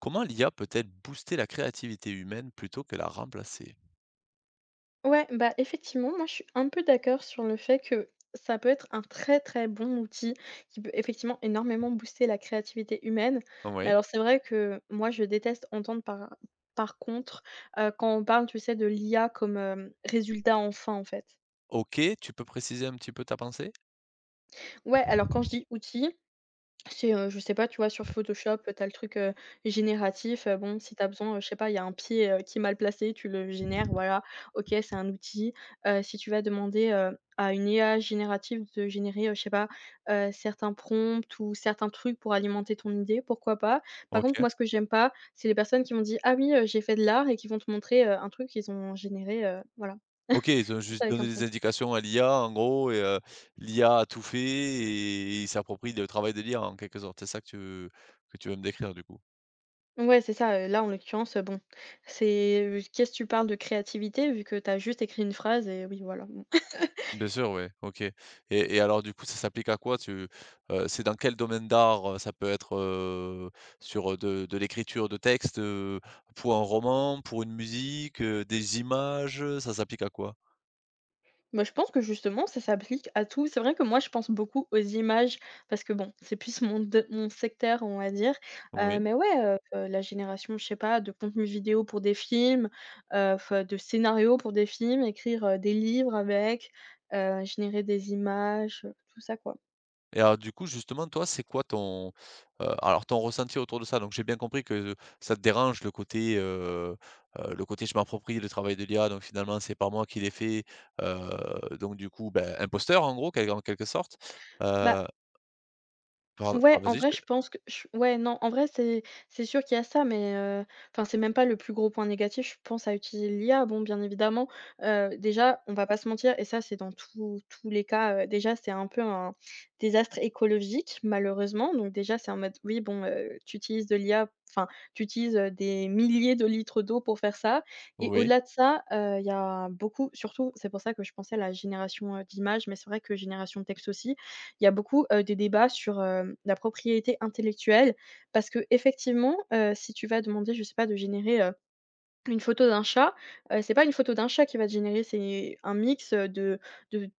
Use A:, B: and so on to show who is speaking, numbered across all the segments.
A: Comment l'IA peut-elle booster la créativité humaine plutôt que la remplacer?
B: Ouais, bah, effectivement, moi, je suis un peu d'accord sur le fait que ça peut être un très, très bon outil qui peut effectivement énormément booster la créativité humaine. Mais
A: Oui.
B: alors, c'est vrai que moi, je déteste entendre par contre quand on parle, tu sais, de l'IA comme résultat enfin, en fait.
A: OK, tu peux préciser un petit peu ta pensée?
B: Ouais, alors quand je dis outil, c'est, je sais pas, tu vois, sur Photoshop, t'as le truc, génératif, bon, si t'as besoin, je sais pas, il y a un pied, qui est mal placé, tu le génères, voilà. OK, c'est un outil. Si tu vas demander, à une IA générative de générer, je sais pas, certains prompts ou certains trucs pour alimenter ton idée, pourquoi pas? Par contre,
A: OK.
B: moi, ce que j'aime pas, c'est les personnes qui vont dire: «Ah oui, j'ai fait de l'art» et qui vont te montrer, un truc qu'ils ont généré, voilà,
A: OK, ils ont
B: juste
A: juste
B: avec
A: donné
B: un
A: des
B: prompt.
A: indications à l'IA en gros et l'IA a tout fait et il s'approprie le travail de l'IA en quelque sorte. C'est ça que tu veux me décrire du coup?
B: Ouais, c'est ça, là, en l'occurrence, bon, c'est, qu'est-ce que tu parles de créativité vu que t'as juste écrit une phrase et oui, voilà, bon.
A: Bien sûr, oui. OK et alors du coup, ça s'applique à quoi? Tu C'est dans quel domaine d'art? Ça peut être, sur, de l'écriture de texte, pour un roman, pour une musique, des images, ça s'applique à quoi?
B: Bah, je pense que justement ça s'applique à tout. C'est vrai que moi je pense beaucoup aux images parce que bon, c'est plus mon de mon secteur, on va dire,
A: Oui
B: mais ouais, la génération, je sais pas, de contenu vidéo pour des films, f de scénarios pour des films, écrire, des livres avec, générer des images, tout ça, quoi.
A: et alors du coup justement toi c'est quoi ton ressenti autour de ça? Donc j'ai bien compris que ça te dérange le côté je m'approprie le travail de l'IA donc finalement c'est pas moi qui l'ai fait, donc du coup, ben, imposteur en gros quel en quelque sorte,
B: Bah
A: heu, pard ah
B: Ouais, en
A: vas-y je
B: vrai,
A: te
B: je pense que je ouais, non, en vrai, c'est sûr qu'il y a ça, mais enfin, c'est même pas le plus gros point négatif, je pense, à utiliser l'IA. Bon, bien évidemment, déjà, on va pas se mentir et ça, c'est dans tous les cas, déjà, c'est un peu un désastre écologique, malheureusement. Donc déjà, c'est en mode, oui, bon, tu utilises de l'IA, enfin, tu utilises, des milliers de litres d'eau pour faire ça et
A: oui,
B: au-delà de ça, il y a beaucoup surtout, c'est pour ça que je pensais à la génération, d'images, mais c'est vrai que génération de texte aussi il y a beaucoup, des débats sur, la propriété intellectuelle parce qu'effectivement, si tu vas demander, je sais pas, de générer, une photo d'un chat, c'est pas une photo d'un chat qui va te générer, c'est un mix, de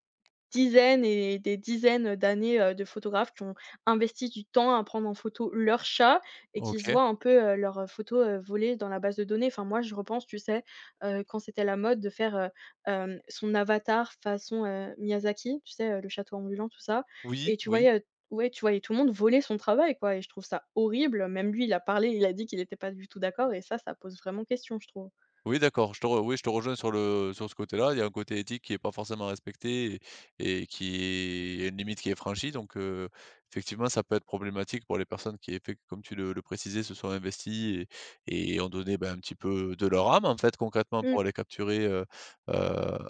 B: dizaines et des dizaines d'années, de photographes qui ont investi du temps à prendre en photo leur chat et qui se
A: OK.
B: voient un peu, leurs, photos, volées dans la base de données. Enfin, moi, je repense, tu sais, quand c'était la mode de faire, son avatar façon, Miyazaki, tu sais, Le Château ambulant, tout ça et
A: Oui,
B: tu
A: oui.
B: voyais, ouais, tu voyais tout le monde voler son travail, quoi et je trouve ça horrible. Même lui, il a parlé, il a dit qu'il n'était pas du tout d'accord et ça pose vraiment question, je trouve.
A: Oui d'accord, je te re oui je te rejoins sur ce côté-là. Il y a un côté éthique qui est pas forcément respecté et qui est il y a une limite qui est franchie donc effectivement ça peut être problématique pour les personnes qui effec comme tu le précisais, se sont investies et ont donné, ben, un petit peu de leur âme en fait concrètement pour
B: Mmh.
A: aller capturer, heu,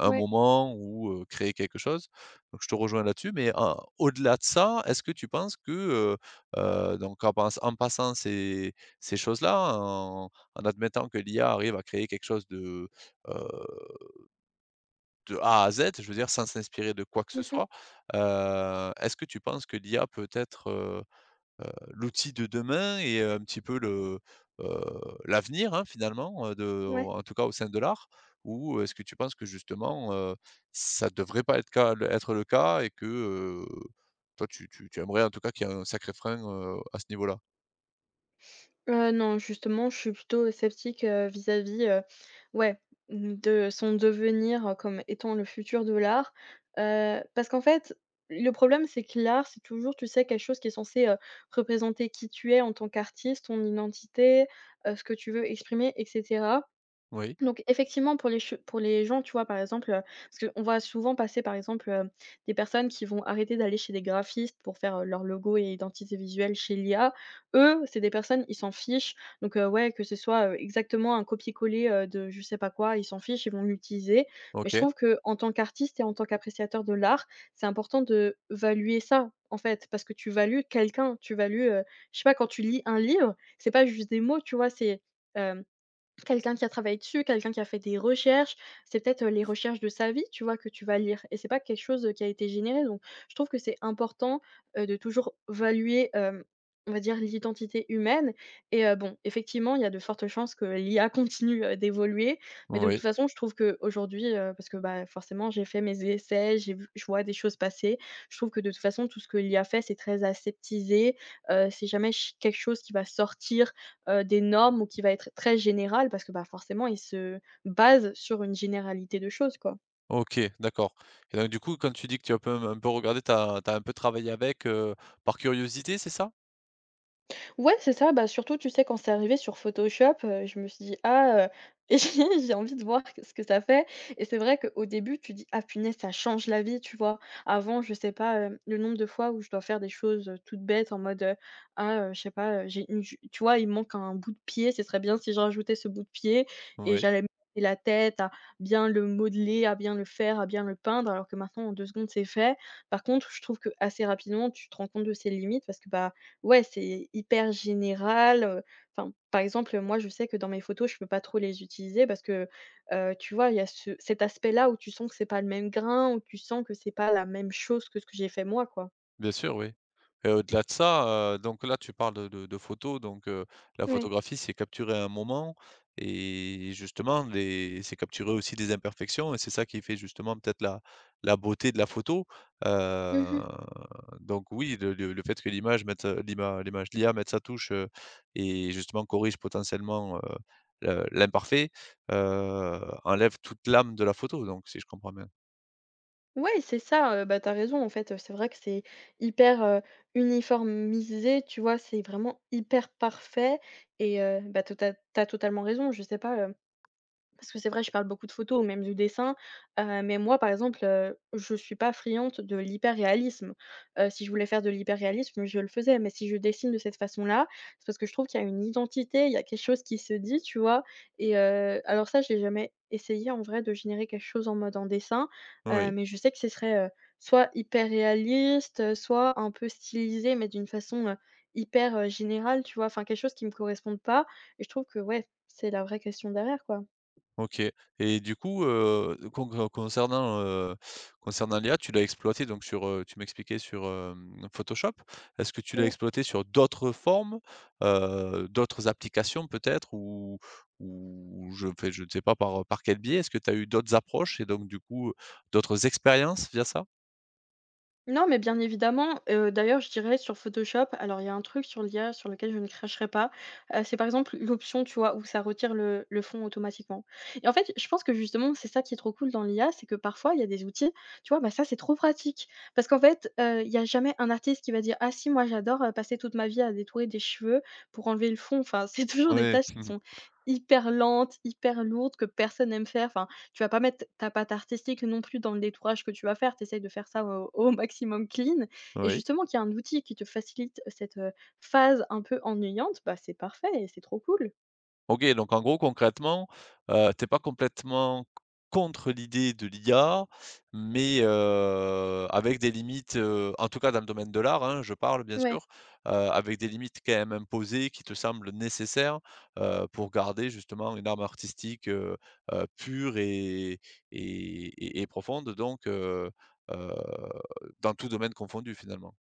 A: un
B: Ouais.
A: moment ou créer quelque chose. Donc je te rejoins là-dessus mais en au-delà de ça, est-ce que tu penses que, donc en passant ces choses-là, en admettant que l'IA arrive à créer quelque chose heu, de A à Z, je veux dire sans s'inspirer de quoi que ce
B: Mmh.
A: soit. Est-ce que tu penses que l'IA peut être, heu, l'outil de demain et un petit peu le, l'avenir, hein, finalement, de
B: Ouais.
A: en tout cas au sein de l'art? Ou est-ce que tu penses que justement, ça ne devrait pas être le cas et que, toi tu aimerais en tout cas qu'il y ait un sacré frein, à ce niveau-là?
B: Non, justement, je suis plutôt sceptique, vis-à-vis, ouais, mmh, de son devenir, comme étant le futur de l'art. Parce qu'en fait, le problème, c'est que l'art, c'est toujours, tu sais, quelque chose qui est censé, représenter qui tu es en tant qu'artiste, ton identité, ce que tu veux exprimer etc.
A: Oui,
B: Donc effectivement, pour les che pour les gens, tu vois, par exemple, parce qu'on voit souvent passer, par exemple, des personnes qui vont arrêter d'aller chez des graphistes pour faire, leur logo et identité visuelle chez l'IA. Eux, c'est des personnes, ils s'en fichent. Donc, ouais, que ce soit, exactement un copier-coller, de je sais pas quoi, ils s'en fichent, ils vont l'utiliser. Mais je
A: OK,
B: trouve que en tant qu'artiste et en tant qu'appréciateur de l'art, c'est important de valuer ça, en fait, parce que tu values quelqu'un, tu values, je sais pas, quand tu lis un livre, c'est pas juste des mots, tu vois? Quelqu'un qui a travaillé dessus, quelqu'un qui a fait des recherches, c'est peut-être, les recherches de sa vie, tu vois, que tu vas lire et c'est pas quelque chose, qui a été généré donc je trouve que c'est important, de toujours valuer, on va dire l'identité humaine et bon, effectivement, il y a de fortes chances que l'IA continue, d'évoluer mais de toute
A: oui.
B: façon, je trouve qu'aujourd'hui, parce que, bah, forcément, j'ai fait mes essais, j'ai vu je vois des choses passer. Je trouve que de toute façon, tout ce que l'IA fait, c'est très aseptisé, c'est jamais ch quelque chose qui va sortir, des normes ou qui va être très générale parce que, bah, forcément, il se base sur une généralité de choses, quoi.
A: OK, d'accord et donc du coup, quand tu dis que tu as un peu regardé, tu as un peu travaillé avec, par curiosité, c'est ça?
B: Ouais, c'est ça, bah, surtout, tu sais, quand c'est arrivé sur Photoshop, je me suis dit: «Ah, j'ai envie de voir que ce que ça fait» et c'est vrai qu'au début, tu dis: «Ah punaise, ça change la vie», tu vois? Avant, je sais pas, le nombre de fois où je dois faire des choses, toutes bêtes en mode: «Ah, je sais pas, j'ai une ju» tu vois? «Il me manque un bout de pied, ce serait bien si je rajoutais ce bout de pied» et
A: Oui.
B: j'allais me casser la tête à bien le modeler, à bien le faire, à bien le peindre alors que maintenant en 2 secondes, c'est fait. Par contre, je trouve que assez rapidement, tu te rends compte de ses limites parce que, bah, ouais, c'est hyper général, enfin, par exemple, moi, je sais que dans mes photos, je peux pas trop les utiliser parce que, tu vois, il y a ce cet aspect-là où tu sens que c'est pas le même grain, où tu sens que c'est pas la même chose que ce que j'ai fait moi, quoi.
A: Bien sûr, oui. Et au-delà de ça, donc là, tu parles de photos, donc la
B: Ouais.
A: photographie, c'est capturer un moment et justement les c'est capturer aussi des imperfections et c'est ça qui fait justement peut-être la beauté de la photo. Heu,
B: Mmh.
A: donc oui, le fait que l'image mette, l'IA mette sa touche, et justement corrige potentiellement, le l'imparfait, enlève toute l'âme de la photo, donc si je comprends bien.
B: Ouais, c'est ça, bah, t'as raison, en fait, c'est vrai que c'est hyper, uniformisé, tu vois? C'est vraiment hyper parfait et bah, t'as tu as totalement raison, je sais pas, parce que c'est vrai, je parle beaucoup de photos ou même de dessins, mais moi, par exemple, je suis pas friande de l'hyper-réalisme. Si je voulais faire de l'hyper-réalisme, je le faisais, mais si je dessine de cette façon-là, c'est parce que je trouve qu'il y a une identité, il y a quelque chose qui se dit, tu vois? Et alors ça, j'ai jamais essayé en vrai de générer quelque chose en mode en dessin,
A: Oui.
B: mais je sais que ce serait, soit hyper-réaliste, soit un peu stylisé, mais d'une façon, hyper, générale, tu vois? Enfin quelque chose qui me corresponde pas et je trouve que ouais, c'est la vraie question derrière, quoi.
A: OK et du coup, concernant l'IA, tu l'as exploité donc sur, tu m'expliquais sur, Photoshop. Est-ce que tu l'as
B: Ouais.
A: exploité sur d'autres formes, d'autres applications peut-être ou je ne sais pas par, quel biais? Est-ce que tu as eu d'autres approches et donc du coup, d'autres expériences via ça?
B: Non, mais bien évidemment, d'ailleurs, je dirais sur Photoshop, alors il y a un truc sur l'IA sur lequel je ne cracherai pas, c'est par exemple l'option, tu vois, où ça retire le fond automatiquement et en fait, je pense que justement, c'est ça qui est trop cool dans l'IA, c'est que parfois, il y a des outils, tu vois? Bah, ça, c'est trop pratique parce qu'en fait, il y a jamais un artiste qui va dire: «Ah si, moi j'adore, passer toute ma vie à détourer des cheveux pour enlever le fond». Enfin, c'est toujours des
A: Oui
B: tâches qui sont hyper lentes, hyper lourdes, que personne aime faire. Enfin tu vas pas mettre ta patte artistique non plus dans le détourage que tu vas faire. Tu essayes de faire ça au au maximum clean et
A: Oui.
B: justement qu'il y a un outil qui te facilite cette, phase un peu ennuyante, bah, c'est parfait et c'est trop cool.
A: OK, donc en gros, concrètement, tu pas complètement contre l'idée de l'IA, mais avec des limites, en tout cas dans le domaine de l'art, hein, je parle bien
B: Ouais.
A: sûr, avec des limites quand même imposées qui te semblent nécessaires, pour garder justement une arme artistique, pure et et profonde donc heu, dans tout domaine confondu finalement?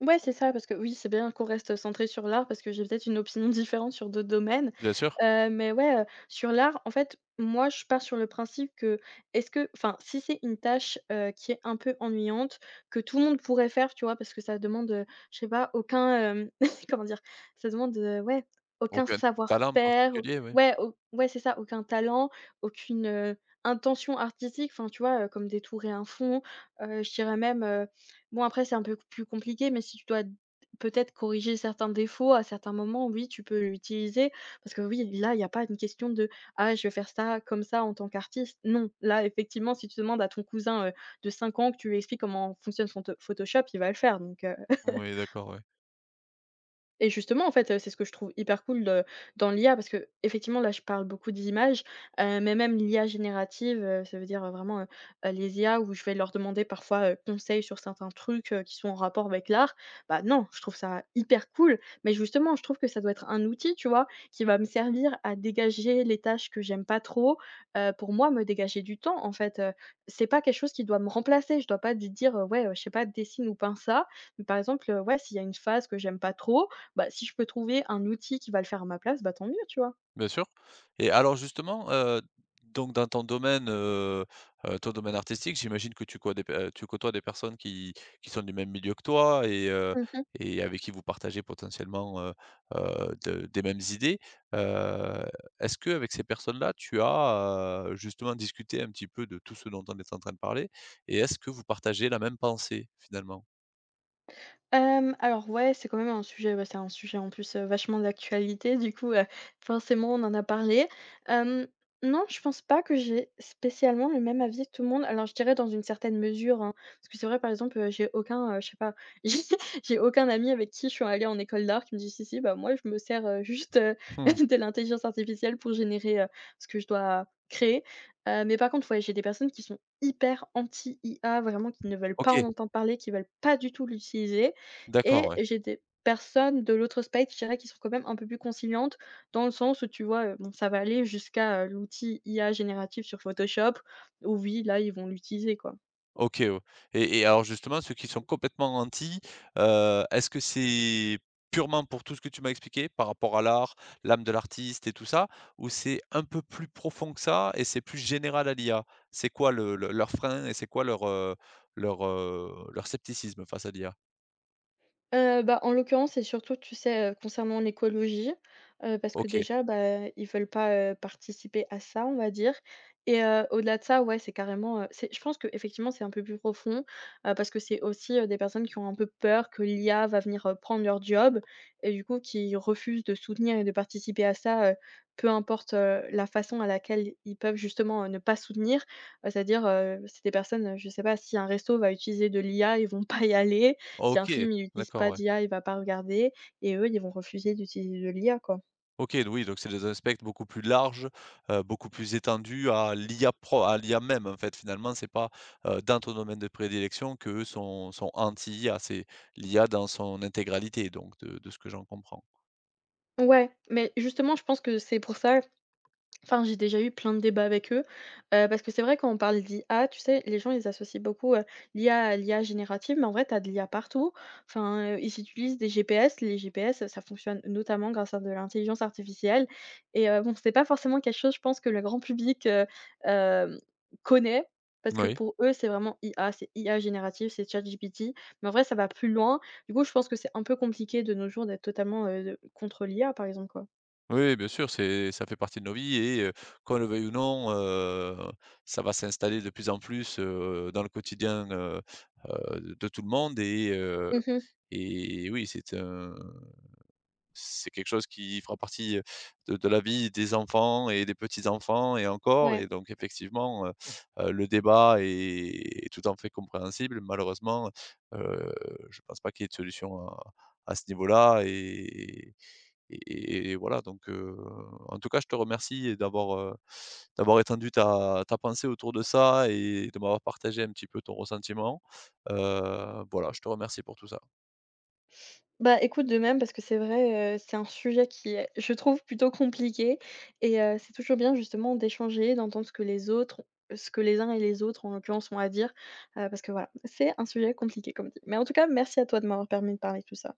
B: Ouais, c'est ça, parce que oui, c'est bien qu'on reste centré sur l'art, parce que j'ai peut-être une opinion différente sur d'autres domaines.
A: Bien sûr,
B: Mais ouais, sur l'art, en fait, moi, je pars sur le principe que est-ce que enfin, si c'est une tâche, qui est un peu ennuyante, que tout le monde pourrait faire, tu vois? Parce que ça demande, je sais pas, aucun, comment dire? Ça demande, ouais, aucun
A: aucun talent
B: savoir-faire,
A: particulier, oui.
B: au ouais, c'est ça, aucun talent, aucune, intention artistique, enfin, tu vois, comme détourer un fond, je dirais même, bon, après, c'est un peu plus compliqué, mais si tu dois peut-être corriger certains défauts à certains moments, oui, tu peux l'utiliser. Parce que oui, là, il y a pas une question de: «Ah, je vais faire ça comme ça en tant qu'artiste». Non, là, effectivement, si tu demandes à ton cousin, de 5 ans que tu lui expliques comment fonctionne son to Photoshop, il va le faire, donc
A: Oui, d'accord, oui.
B: et justement, en fait, c'est ce que je trouve hyper cool, dans l'IA, parce que effectivement, là, je parle beaucoup d'images, mais même l'IA générative, ça veut dire, vraiment, les IA où je vais leur demander parfois, conseil sur certains trucs, qui sont en rapport avec l'art. Bah, non, je trouve ça hyper cool, mais justement, je trouve que ça doit être un outil, tu vois? Qui va me servir à dégager les tâches que j'aime pas trop, pour moi, me dégager du temps, en fait. C'est pas quelque chose qui doit me remplacer. Je dois pas di dire, «Ouais, je sais pas, dessine ou peins ça». Mais par exemple, ouais, s'il y a une phase que j'aime pas trop, bah, si je peux trouver un outil qui va le faire à ma place, bah, tant mieux, tu vois?
A: Bien sûr. Et alors justement, donc dans ton domaine, artistique, j'imagine que tu côtoies des personnes qui sont du même milieu que toi et avec qui vous partagez potentiellement, de des mêmes idées. Heu, Est-ce que avec ces personnes-là, tu as, justement discuté un petit peu de tout ce dont on est en train de parler? Et est-ce que vous partagez la même pensée finalement?
B: Alors ouais, c'est quand même un sujet ouais, c'est un sujet en plus, vachement d'actualité du coup, forcément on en a parlé. Hem, non, je pense pas que j'ai spécialement le même avis que tout le monde. Alors je dirais dans une certaine mesure, hein, parce que c'est vrai par exemple, j'ai aucun, je sais pas, j'ai j'ai aucun ami avec qui je suis allée en école d'art qui me dit: «Si, si, bah, moi je me sers, juste,
A: Mmh,
B: de l'intelligence artificielle pour générer, ce que je dois créer». Mais par contre, ouais, j'ai des personnes qui sont hyper anti IA, vraiment qui ne veulent pas
A: OK,
B: en entendre parler, qui veulent pas du tout l'utiliser,
A: d'accord,
B: et
A: ouais.
B: j'ai des personnes de l'autre space, je dirais, qui sont quand même un peu plus conciliantes dans le sens où, tu vois, bon, ça va aller jusqu'à, l'outil IA génératif sur Photoshop, où oui, là, ils vont l'utiliser, quoi.
A: OK, ouais et alors justement ceux qui sont complètement anti, est-ce que c'est purement pour tout ce que tu m'as expliqué par rapport à l'art, l'âme de l'artiste et tout ça? Ou c'est un peu plus profond que ça et c'est plus général à l'IA? C'est quoi le leur frein et c'est quoi leur scepticisme face à l'IA?
B: Bah, en l'occurrence, c'est surtout, tu sais, concernant l'écologie, parce que
A: OK,
B: déjà, bah, ils veulent pas, participer à ça, on va dire, et au-delà de ça, ouais, c'est carrément, c'est, je pense que effectivement c'est un peu plus profond, parce que c'est aussi, des personnes qui ont un peu peur que l'IA va venir, prendre leur job, et du coup, qui refusent de soutenir et de participer à ça, peu importe, la façon à laquelle ils peuvent justement, ne pas soutenir. C'est-à-dire, c'est des personnes, je sais pas, si un resto va utiliser de l'IA, ils vont pas y aller, si un
A: OK,
B: film il utilise
A: d'accord,
B: pas
A: ouais.
B: d'IA, il va pas regarder, et eux, ils vont refuser d'utili de l'IA, quoi.
A: OK, d Oui, donc c'est des aspects beaucoup plus larges, beaucoup plus étendus à l'IA pro à l'IA même, en fait. Finalement, c'est pas, dans ton domaine de prédilection qu'eux sont anti-IA, c'est l'IA dans son intégralité, donc de ce que j'en comprends.
B: Ouais, mais justement, je pense que c'est pour ça. Enfin, j'ai déjà eu plein de débats avec eux, parce que c'est vrai quand on parle d'IA, tu sais, les gens ils associent beaucoup, l'IA à l'IA générative, mais en vrai tu as de l'IA partout. Enfin, ils utilisent des GPS, les GPS, ça fonctionne notamment grâce à de l'intelligence artificielle, et bon, c'est pas forcément quelque chose, je pense, que le grand public, hem, connaît, parce que pour eux, c'est vraiment IA, c'est IA générative, c'est ChatGPT, mais en vrai ça va plus loin. Du coup, je pense que c'est un peu compliqué de nos jours d'être totalement, contre l'IA, par exemple, quoi.
A: Oui, oui, bien sûr, c'est ça fait partie de nos vies et qu'on le veuille ou non, ça va s'installer de plus en plus, dans le quotidien, de tout le monde
B: Mhm.
A: et oui, c'est quelque chose qui fera partie, de la vie des enfants et des petits-enfants et encore
B: Ouais.
A: et donc effectivement, le débat est tout à fait compréhensible. Malheureusement, heu, je pense pas qu'il y ait de solution à ce niveau-là et voilà donc en tout cas, je te remercie d'avoir étendu ta pensée autour de ça et de m'avoir partagé un petit peu ton ressentiment. Voilà, je te remercie pour tout ça.
B: Bah, écoute, de même, parce que c'est vrai, c'est un sujet qui est, je trouve, plutôt compliqué, et c'est toujours bien justement d'échanger, d'entendre ce que les autres ce que les uns et les autres, en l'occurrence, ont à dire, parce que voilà, c'est un sujet compliqué, comme dit. Mais en tout cas, merci à toi de m'avoir permis de parler de tout ça.